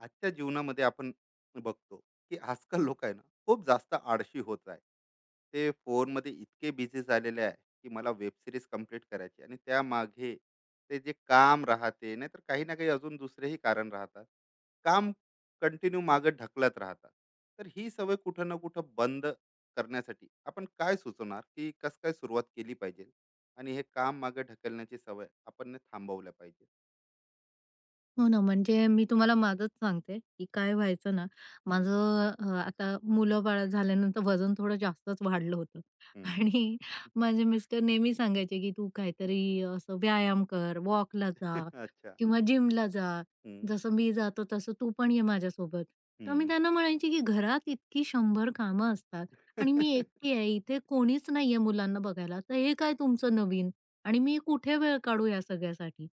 आजच्या जीवनामध्ये आपण बघतो की आजकाल लोक आहे ना, खूप जास्त आळशी होत आहे. ते फोनमध्ये इतके बिझी झालेले आहे की मला वेब सिरीज कम्प्लीट करायची, आणि त्यामागे ते जे काम राहते, नाहीतर काही ना काही अजून दुसरेही कारण राहतात. काम कंटिन्यू मागे ढकलत राहतात. तर ही सवय कुठं ना कुठं बंद करण्यासाठी आपण काय सुचवणार, की कस काय सुरुवात केली पाहिजे आणि हे काम मागे ढकलण्याची सवय आपण ने थांबवल्या पाहिजे. हो ना, म्हणजे मी तुम्हाला माझंच सांगते, की काय व्हायचं ना, हम्म, माझं आता मुलं-बाळ झाल्यानंतर वजन थोडं जास्तच वाढलं होतं हम्म. आणि माझे मिस्टर नेहमी सांगायचे, की "तू काहीतरी असं व्यायाम कर, वॉकला जा अच्छा. किंवा जिमला जा. जसं मी जातो तसं तू पण ये माझ्यासोबत." तर मी हं. त्यांना म्हणायची, की "घरात इतकी 100 कामं असतात आणि मी एकटी आहे, इथे कोणीच नाहीये मुलांना बघायला, तर हे काय तुमचं नवीन?" आणि मी कुठे वेळ काढू या सगळ्यासाठी?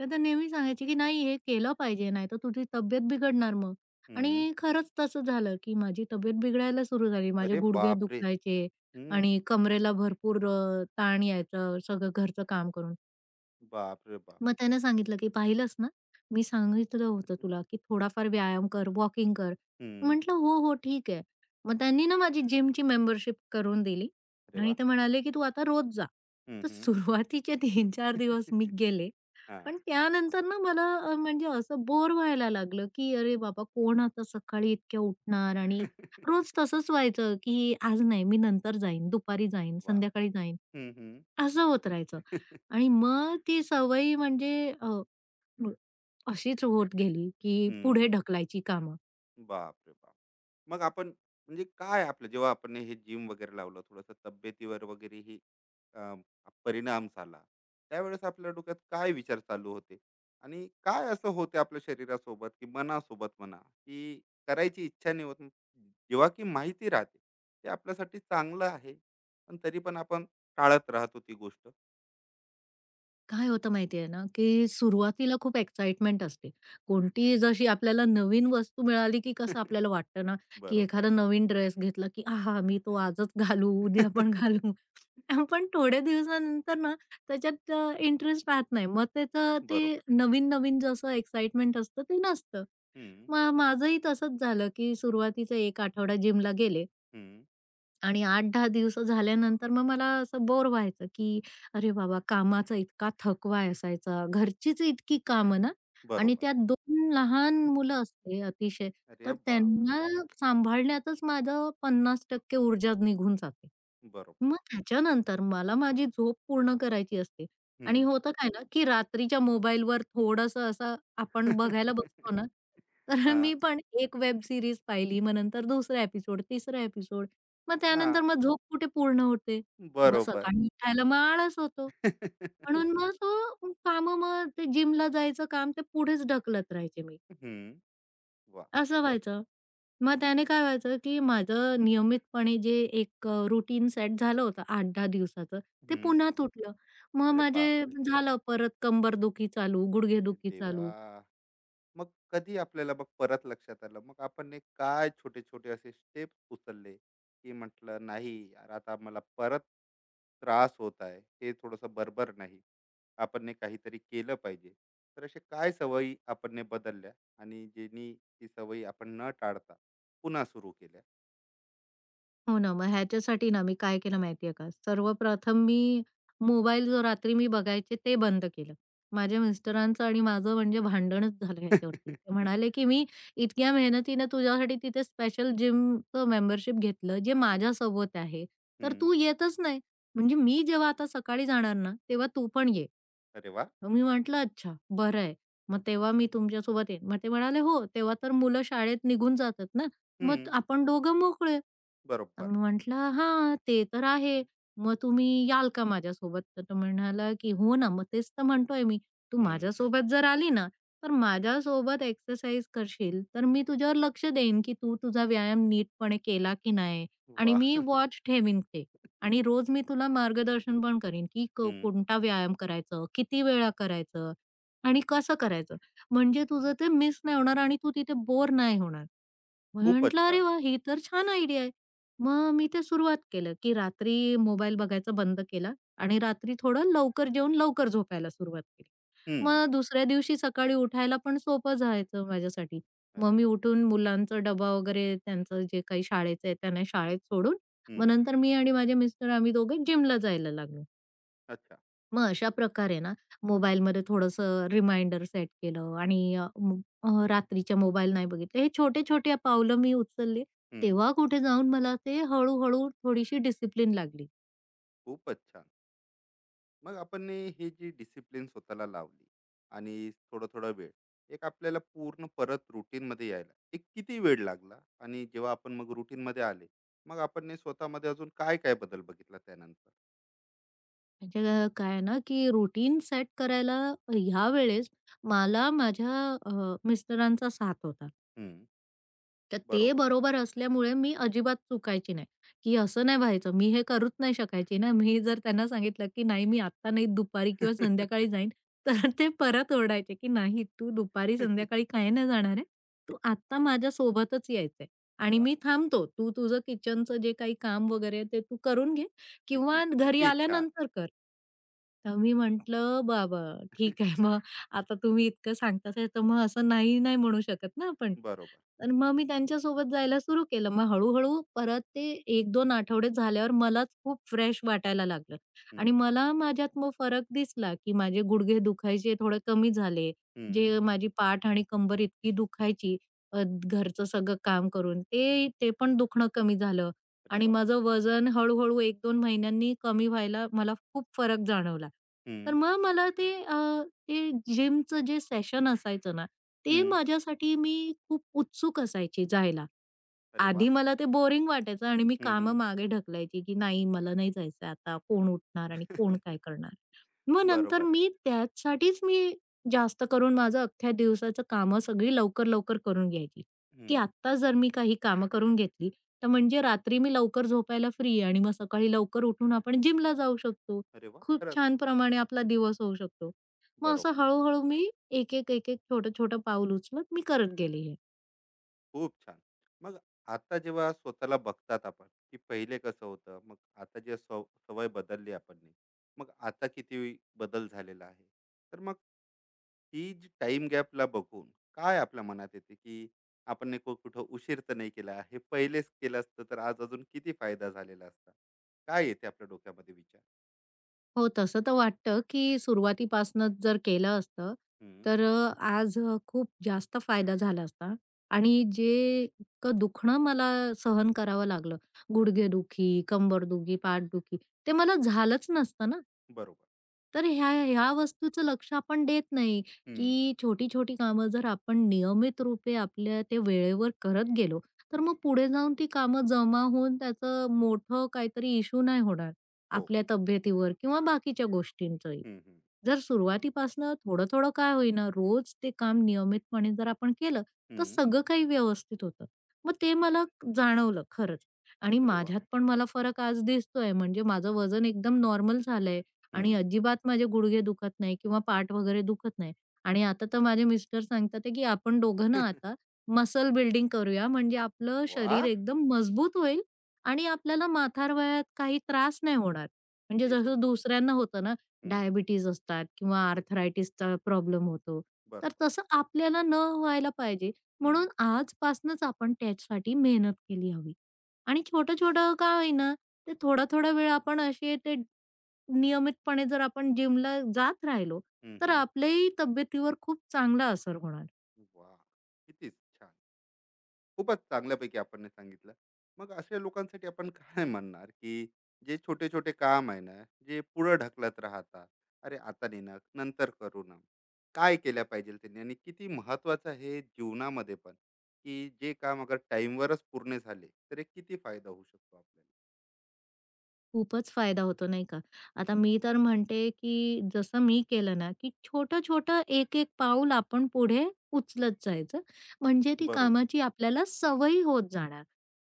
तर ते नेहमी सांगायचे की "नाही हे केलं पाहिजे, नाहीतर तुझी तब्येत बिघडणार मग." हं. आणि खरंच तसं झालं की माझी तब्येत बिघडायला सुरू झाली. माझे अरे गुडघे बापरे! दुखायचे हं. आणि कमरेला भरपूर ताण यायचं सगळं घरचं काम करून. बाप रे बाप! मग त्यानं सांगितलं, की "पाहिलंस ना, मी सांगितलं होतं तुला, की थोडाफार व्यायाम कर, वॉकिंग कर." हं. म्हटलं, "हो, हो, ठीक आहे." मग त्यांनी ना माझी जिमची मेंबरशिप करून दिली अरे आणि वाह! ते म्हणाले, की "तू आता रोज जा." हं, तर हं. सुरुवातीचे 3-4 दिवस मी गेले. हां. पण त्यानंतर ना मला म्हणजे असं बोर व्हायला लागलं, की "अरे बाबा, कोण आता सकाळी इतक्या उठणार?" आणि रोज तसंच व्हायचं, की "आज नाही, मी नंतर जाईन, दुपारी जाईन, वाह! संध्याकाळी जाईन." हं, हं. असं होत राहायचं हं. आणि मग ती सवयी म्हणजे मग अशीच होत गेली, की पुढे ढकलायची कामं. बाप रे बाप! मग आपण, म्हणजे काय आपलं, जेव्हा आपण हे जिम वगैरे लावलं थोडंसं तब्येतीवर वगैरे ही अम, परिणाम झाला, त्यावेळेस आपल्या डोक्यात काय विचार चालू होते आणि काय असं होते आपल्या शरीरासोबत की मनासोबत म्हणा, की करायची इच्छा नाही होत, जेव्हा की माहिती राहते ते आपल्यासाठी चांगलं आहे, पण तरी पण आपण टाळत राहतो ती गोष्ट. काय होतं माहितीये ना, की सुरुवातीला खूप एक्साइटमेंट असते. कोणतीही जशी आपल्याला नवीन वस्तू मिळाली, की कसं आपल्याला वाटतं ना, की बरोबर. एखादा नवीन ड्रेस घेतला, की "आहा! मी तो आजच घालू, उद्या पण घालू." पण थोड्या दिवसानंतर ना, त्याच्यात इंटरेस्ट राहत नाही. मग त्याचं ते बरोबर. नवीन-नवीन जसं एक्साइटमेंट असतं ते नसतं. हम्म. मग माझंही तसंच झालं, की सुरुवातीचा 1 आठवडा जिमला गेले हम्म. आणि 8-10 दिवस झाल्यानंतर मग मला असं बोर व्हायचं, की अरे बाबा कामाचा इतका थकवा असायचा, घरचीच इतकी कामं ना आणि बरोबर. त्यात 2 लहान मुलं असले अतिशय, अरे तर बापरे. त्यांना सांभाळण्यातच माझं 50% ऊर्जा निघून जाते. बरोबर. मग त्याच्यानंतर मला माझी झोप पूर्ण करायची असते आणि हम्म. होतं काय ना, की रात्रीच्या मोबाईलवर थोडंसं असं आपण बघायला बसतो ना, तर हा. मी पण एक वेब सीरीज पाहिली, मग नंतर दुसरा एपिसोड, तिसरा एपिसोड. मग हां, त्यानंतर मग झोप कुठे पूर्ण होते. मग बरोबर. सकाळी उठायला मग आळस होतो. म्हणून मग तो कामं मग ते जिमला जायचं काम ते पुढेच ढकलत राहायचे मी. हं. वाह! असं व्हायचं. मग त्याने काय व्हायचं, की माझं नियमितपणे जे एक रूटीन सेट झालं होतं 8-10 दिवसाचं, ते हं. पुन्हा तुटलं. मग अरे माझे बापरे! झालं परत कंबरदुखी चालू, हे गुडघेदुखी चालू. देवा! मग कधी आपल्याला मग परत लक्षात आलं, मग आपण हे काय छोटे-छोटे असे स्टेप्स उचलले, की म्हटलं नाही यार, आता मला परत त्रास होत आहे, हे थोडंसं बरोबर नाही. आपण हे काहीतरी केलं पाहिजे. तर अशा काय सवयी आपण हे बदलल्या आणि ज्यांनी ती सवयी आपण न टाळता पुन्हा सुरू केल्या? हो ना. मग ह्याच्यासाठी ना मी काय केलं माहितीये का, सर्वप्रथम मी मोबाईल जो रात्री मी बघायचे ते बंद केलं. माझ्या मिस्टरांचं आणि माझं म्हणजे भांडणच झालं ह्याच्यावरती. ते म्हणाले, की "मी इतक्या मेहनतीने तुझ्यासाठी तिथे स्पेशल जिमचं मेंबरशिप घेतलं, जे हं, माझ्यासोबत आहे, तर हं. तू येतच नाही. म्हणजे मी जेव्हा आता सकाळी जाणार ना, तेव्हा तू पण ये." अरे वाह! मग मी म्हटलं, "अच्छा, बरं आहे. मग तेव्हा मी तुमच्यासोबत येईन." मग ते म्हणाले, "हो, तेव्हा तर मुलं शाळेत निघून जातात ना, हं, मग आपण दोघं मोकळे." बरोबर. मी म्हटलं, "हां, ते तर आहे. मग तुम्ही याल का माझ्यासोबत?" तर तो म्हणाला, की "हो ना, मग तेच तर म्हणतोय मी. तू हं. माझ्यासोबत जर आली ना, तर माझ्यासोबत एक्सरसाइज करशील, तर मी तुझ्यावर लक्ष देईन, की तू तुझा व्यायाम नीटपणे केला की नाही आणि वाह! मी वॉच ठेवीन ते आणि रोज मी तुला मार्गदर्शन पण करीन, की हं. कोणता व्यायाम करायचं, किती वेळा करायचं आणि कसं करायचं. म्हणजे तुझं ते मिस नाही होणार आणि तू तिथे बोर नाही होणार." खूपच म्हटलं, "अरे छान. वाह! ही तर छान आयडिया आहे." मग मी ते सुरुवात केलं, की रात्री मोबाईल बघायचा बंद केला आणि रात्री थोडं लवकर जेवून लवकर झोपायला सुरुवात केली. हं. मग दुसऱ्या दिवशी सकाळी उठायला पण सोपं जायचं माझ्यासाठी. मग अरे मी वाह! उठून मुलांचा डबा वगैरे त्यांचं जे काही शाळेचं आहे त्यांना शाळेत सोडून, मग हं. नंतर मी आणि माझे मिस्टर आम्ही दोघे जिमला जायला लागलो. अच्छा. मग अशा प्रकारे ना, मोबाईलमध्ये थोडंसं रिमाइंडर सेट केलं आणि रात्रीच्या मोबाईल नाही बघितले. हे छोटे-छोटे पावलं मी उचलली. हं. तेव्हा कुठे जाऊन मला ते हळू-हळू थोडीशी डिसिप्लिन लागली. खूपच छान. मग आपण हे हे जी डिसिप्लिन स्वतःला लावली आणि थोडा-थोडा वेळ, एक आपल्याला पूर्ण परत रूटीनमध्ये यायला एक किती वेळ लागला? आणि जेव्हा आपण मग रूटीनमध्ये आले, मग आपण हे स्वतःमध्ये अजून काय-काय बदल बघितला त्यानंतर? म्हणजे काय ना, की रुटीन सेट करायला ह्यावेळेस मला माझ्या मिस्टरांचा साथ होता. हं. तर ते बरोबर. बरोबर असल्यामुळे मी अजिबात चुकायची नाही, की असं नाही व्हायचं. मी हे करूच नाही शकायची ना. मी जर त्यांना सांगितलं, की "नाही, मी आत्ता नाही, दुपारी किंवा संध्याकाळी जाईन." तर ते परत ओरडायचे, की "नाही, तू दुपारी, संध्याकाळी काही नाही जाणार आहे. तू आत्ता माझ्यासोबतच यायचंय आणि वाह! मी थांबतो. तू तुझं किचनचं जे काही काम वगैरे आहे, ते तू करून घे किती, किंवा घरी किती छान. आल्यानंतर कर." तर मी म्हटलं, "बाबा, ठीक आहे. मग आता तुम्ही इतकं सांगताय, तर मग असं नाही, नाही म्हणू शकत ना आपण." बरोबर. तर मग मी त्यांच्यासोबत जायला सुरू केलं. मग हळू-हळू परत ते एक दोन आठवडे झाल्यावर मलाच खूप फ्रेश वाटायला लागलं आणि हं. मला माझ्यात मग फरक दिसला, की माझे गुडघे दुखायचे थोडे कमी झाले. हं. जे माझी पाठ आणि कंबर इतकी दुखायची घरचं सगळं काम करून, ते ते पण दुखणं कमी झालं अरे आणि वाह! माझं वजन हळू-हळू 1 महिन्यांनी कमी व्हायला मला खूप फरक जाणवला. तर हं. मग मला ते ते जिमचं जे सेशन असायचं ना, ते हं. माझ्यासाठी मी खूप उत्सुक असायची जायला. अरे वाह! आधी मला ते बोरिंग वाटायचं आणि मी हं, हं. कामं मागे ढकलायची, की नाही मला नाही जायचंय आता, कोण उठणार आणि कोण काय करणार? मग नंतर बरोबर आहे. मी त्यासाठीच मी जास्त करून माझं अख्ख्या दिवसाचं कामं सगळी लवकर-लवकर करून घ्यायची, की हं. आत्ता जर मी काही कामं करून घेतली, तर म्हणजे रात्री मी लवकर झोपायला फ्री आणि मग सकाळी लवकर उठून आपण जिमला जाऊ शकतो. अरे वाह! खूप खरंच छान प्रमाणे आपला दिवस होऊ शकतो. मग असं बरोबर. हळू मी एक-एक, एक-एक छोटं-छोटं पाऊल उचलत मी करत गेले हे. खूप छान. मग आता जेव्हा स्वतःला बघतात आपण, की पहिले कसं होतं, मग आता जे सवय बदलली आपण ने, मग आता किती बदल झालेला आहे. तर मग ही जी टाईम गॅपला बघून काय आपल्या मनात येते, की आपण ने कुठं उशीर तर नाही केला. हे पहिलेच केलं असतं तर आज अजून किती फायदा झालेला असता. काय येते आपल्या डोक्यामध्ये विचार? हो, तसं तर वाटतं, की सुरुवातीपासनंच जर केलं असतं, हं. तर आज खूप जास्त फायदा झाला असता आणि जे इतकं दुखणं मला सहन करावं लागलं, गुडघेदुखी, कंबरदुखी, पाठदुखी, ते मला झालंच नसतं ना. बरोबर. तर ह्या ह्या वस्तूचं लक्ष आपण देत नाही, हं. की छोटी-छोटी कामं जर आपण नियमित रूपे आपल्या ते वेळेवर करत गेलो, तर मग पुढे जाऊन ती कामं जमा होऊन त्याचं मोठं काहीतरी इश्यू नाही होणार. हो. आपल्या तब्येतीवर किंवा बाकीच्या गोष्टींचंही. हं, हं. जर सुरुवातीपासनं थोडं-थोडं काय होईना रोज ते काम नियमितपणे जर आपण केलं, तर हं. सगळं काही व्यवस्थित होतं. मग ते मला जाणवलं खरंच आणि अरे वाह! माझ्यात पण मला फरक आज दिसतोय. म्हणजे माझं वजन एकदम नॉर्मल झालंय आणि हं. अजिबात माझे गुडघे दुखत नाही किंवा पाठ वगैरे दुखत नाही आणि आता तर माझे मिस्टर सांगतात आहे, की "आपण दोघं ना आता मसल बिल्डिंग करूया म्हणजे आपलं शरीर वाह! एकदम मजबूत होईल." आणि आपल्याला म्हातारवयात काही त्रास नाही होणार. म्हणजे किती जसं सुंदर. दुसऱ्यांना होतं ना, हं, हं. डायबिटीज असतात किंवा आर्थरायटिसचा प्रॉब्लेम होतो. तर बरोबर. तसं आपल्याला व्हायला पाहिजे हं. म्हणून आजपासूनच आपण त्यासाठी मेहनत केली हवी. आणि छोटं-छोटं का होईना, ते थोडा-थोडा वेळ आपण असे ते नियमितपणे जर आपण जिमला जात राहिलो, हं, तर हं. आपल्याही तब्येतीवर खूप चांगला असर होणार. वाह! किती छान. खूपच चांगल्यापैकी आपण हे सांगितलं. मग अशा लोकांसाठी आपण काय म्हणणार, की जे छोटे-छोटे काम आहे ना, जे पुढे ढकलत राहतात. "अरे, आता नाही ना, नंतर करू ना." काय केल्या पाहिजे त्यांनी, आणि किती महत्त्वाचं आहे जीवनामध्ये पण, की जे काम अगर टाईमवरच पूर्ण झाले, तर एक किती फायदा होऊ शकतो आपल्याला? खूपच फायदा होतो, नाही का? आता हं. मी तर म्हणते, की जसं मी केलं ना, की छोटं-छोटं, एक-एक पाऊल आपण पुढे उचलत जायचं. म्हणजे ती बरोबर, कामाची आपल्याला सवय होत जाणार.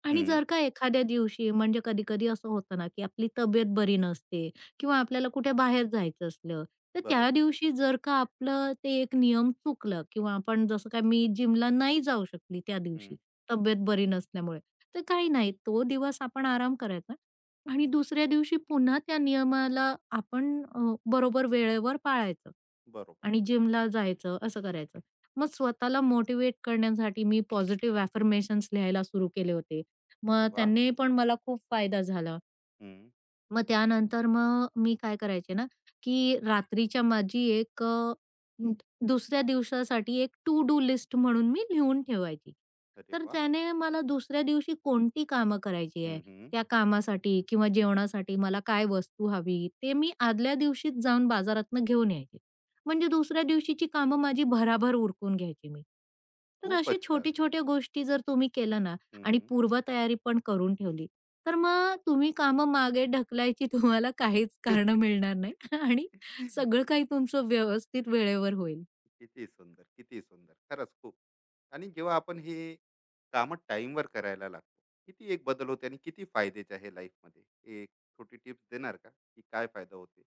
आणि हं. जर का एखाद्या दिवशी म्हणजे कधी-कधी असं होतं ना, की आपली तब्येत बरी नसते किंवा आपल्याला कुठे बाहेर जायचं असलं, तर त्या बरोबर, दिवशी जर का आपलं ते एक नियम चुकलं किंवा आपण जसं काय मी जिमला नाही जाऊ शकली त्या हं. दिवशी, तब्येत बरी नसल्यामुळे, तर काही नाही, तो दिवस आपण आराम करायचा आणि दुसऱ्या दिवशी पुन्हा त्या नियमाला आपण बरोबर वेळेवर पाळायचं बरोबर. आणि जिमला जायचं, असं करायचं. मग स्वतःला मोटिव्हेट करण्यासाठी मी पॉझिटिव्ह अफर्मेशन्स लिहायला सुरू केले होते. अरे मग वाह! त्याने पण मला खूप फायदा झाला. हं. मग त्यानंतर मग मी काय करायचे ना, की रात्रीच्या माझी एक न- दुसऱ्या दिवसासाठी एक टू डू लिस्ट म्हणून मी लिहून ठेवायची. अरे तर वाह! त्याने मला दुसऱ्या दिवशी कोणती कामं करायची आहे, हं, हं. त्या कामासाठी किंवा जेवणासाठी मला काय वस्तू हवी, ते मी आदल्या दिवशीच जाऊन बाजारातनं घेऊन यायचे. म्हणजे दुसऱ्या दिवशीची कामं माझी भराभर उरकून घ्यायची मी. तर अशा खूपच छान. छोट्या-छोट्या गोष्टी जर तुम्ही केल्या ना हं, आणि हं. पूर्वतयारी पण करून ठेवली, तर मग तुम्ही कामं मागे ढकलायची तुम्हाला काहीच कारण मिळणार नाही आणि सगळं काही तुमचं व्यवस्थित वेळेवर होईल. किती सुंदर, किती सुंदर. खरंच खूप. आणि जेव्हा आपण हे कामं टाईमवर करायला लागतो, किती एक बदल होते आणि किती फायद्याचे आहे लाईफमध्ये? एक छोटी टिप्स देणार का, की काय फायदा होते?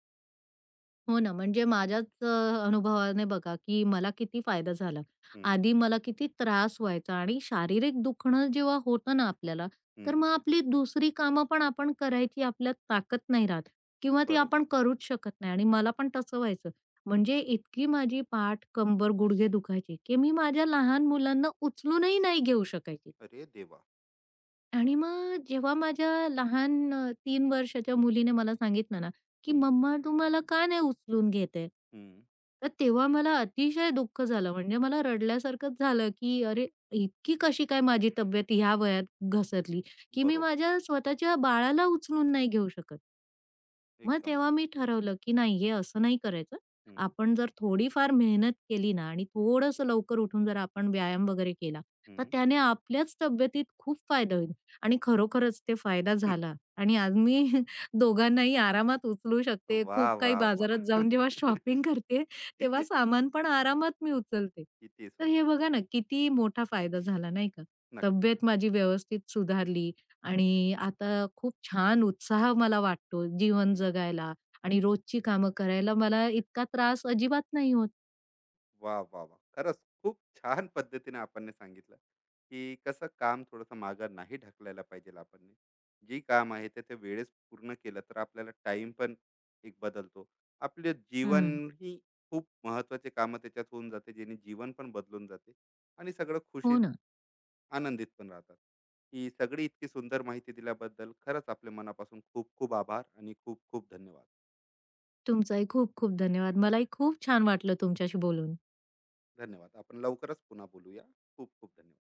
हो ना, म्हणजे माझ्याच अनुभवाने बघा, की मला किती फायदा झाला. हं, आधी मला किती त्रास व्हायचा आणि शारीरिक दुखणं जेव्हा होतं ना आपल्याला, तर हं. मग आपली दुसरी कामं पण आपण करायची आपल्यात ताकद नाही राहत किंवा ती बरोबर. आपण करूच शकत नाही आणि मला पण तसं व्हायचं. म्हणजे इतकी माझी पाठ, कंबर, गुडघे दुखायचे, की मी माझ्या लहान मुलांना उचलूनही नाही घेऊ शकायची. अरे देवा! आणि बाप मग जेव्हा माझ्या लहान 3 वर्षाच्या मुलीने मला सांगितलं ना, की रे! हं, "मम्मा तुम्हाला का नाही उचलून घेत आहे?" तर तेव्हा मला अतिशय दुःख झालं. म्हणजे मला रडल्यासारखंच झालं, की अरे, इतकी कशी काय माझी तब्येत ह्या वयात घसरली, की मी बरोबर. माझ्या स्वतःच्या बाळाला उचलून नाही घेऊ शकत. मग एकदम तेव्हा मी बरोबर. ठरवलं, की नाही हे असं नाही करायचं. हं, आपण जर थोडीफार मेहनत केली ना आणि थोडंसं लवकर उठून जर आपण व्यायाम वगैरे केला, तर हं. त्याने आपल्याच तब्येतीत खूप फायदा होईल. आणि खरोखरच ते फायदा झाला आणि आज मी दोघांनाही आरामात उचलू शकते. वाह, खूप काही वाह, बाजारात वाह! जाऊन जेव्हा शॉपिंग करते, तेव्हा सामान पण आरामात मी उचलते. किती तर हे सुंदर. बघा ना, किती मोठा फायदा झाला नाही का? नक्कीच. तब्येत माझी व्यवस्थित सुधारली आणि आता खूप छान उत्साह मला वाटतो जीवन हं. जगायला आणि रोजची कामं करायला मला इतका त्रास अजिबात नाही होत. वा वा वा, खरंच खूप छान पद्धतीने आपण ने सांगितलं, की कसं काम थोडंसं मागं नाही ढकलायला पाहिजे आपण ने. जी काम आहे ते ते वेळेस पूर्ण केलं तर आपल्याला टाइम पण एक बदलतो आपले जीवन. हं. ही खूप महत्वाचे कामं त्याच्यात होऊन जाते, जेणे जीवन पण बदलून जाते आणि सगळं हो खुशीत ना. आनंदित पण राहतात. ही सगळी इतकी सुंदर माहिती दिल्याबद्दल खरंच आपल्या मनापासून खूप खूप आभार आणि खूप खूप धन्यवाद. तुमचाही खूप खूप धन्यवाद. मलाही खूप छान वाटलं तुमच्याशी बोलून. धन्यवाद. आपण लवकरच पुन्हा बोलूया. खूप खूप धन्यवाद.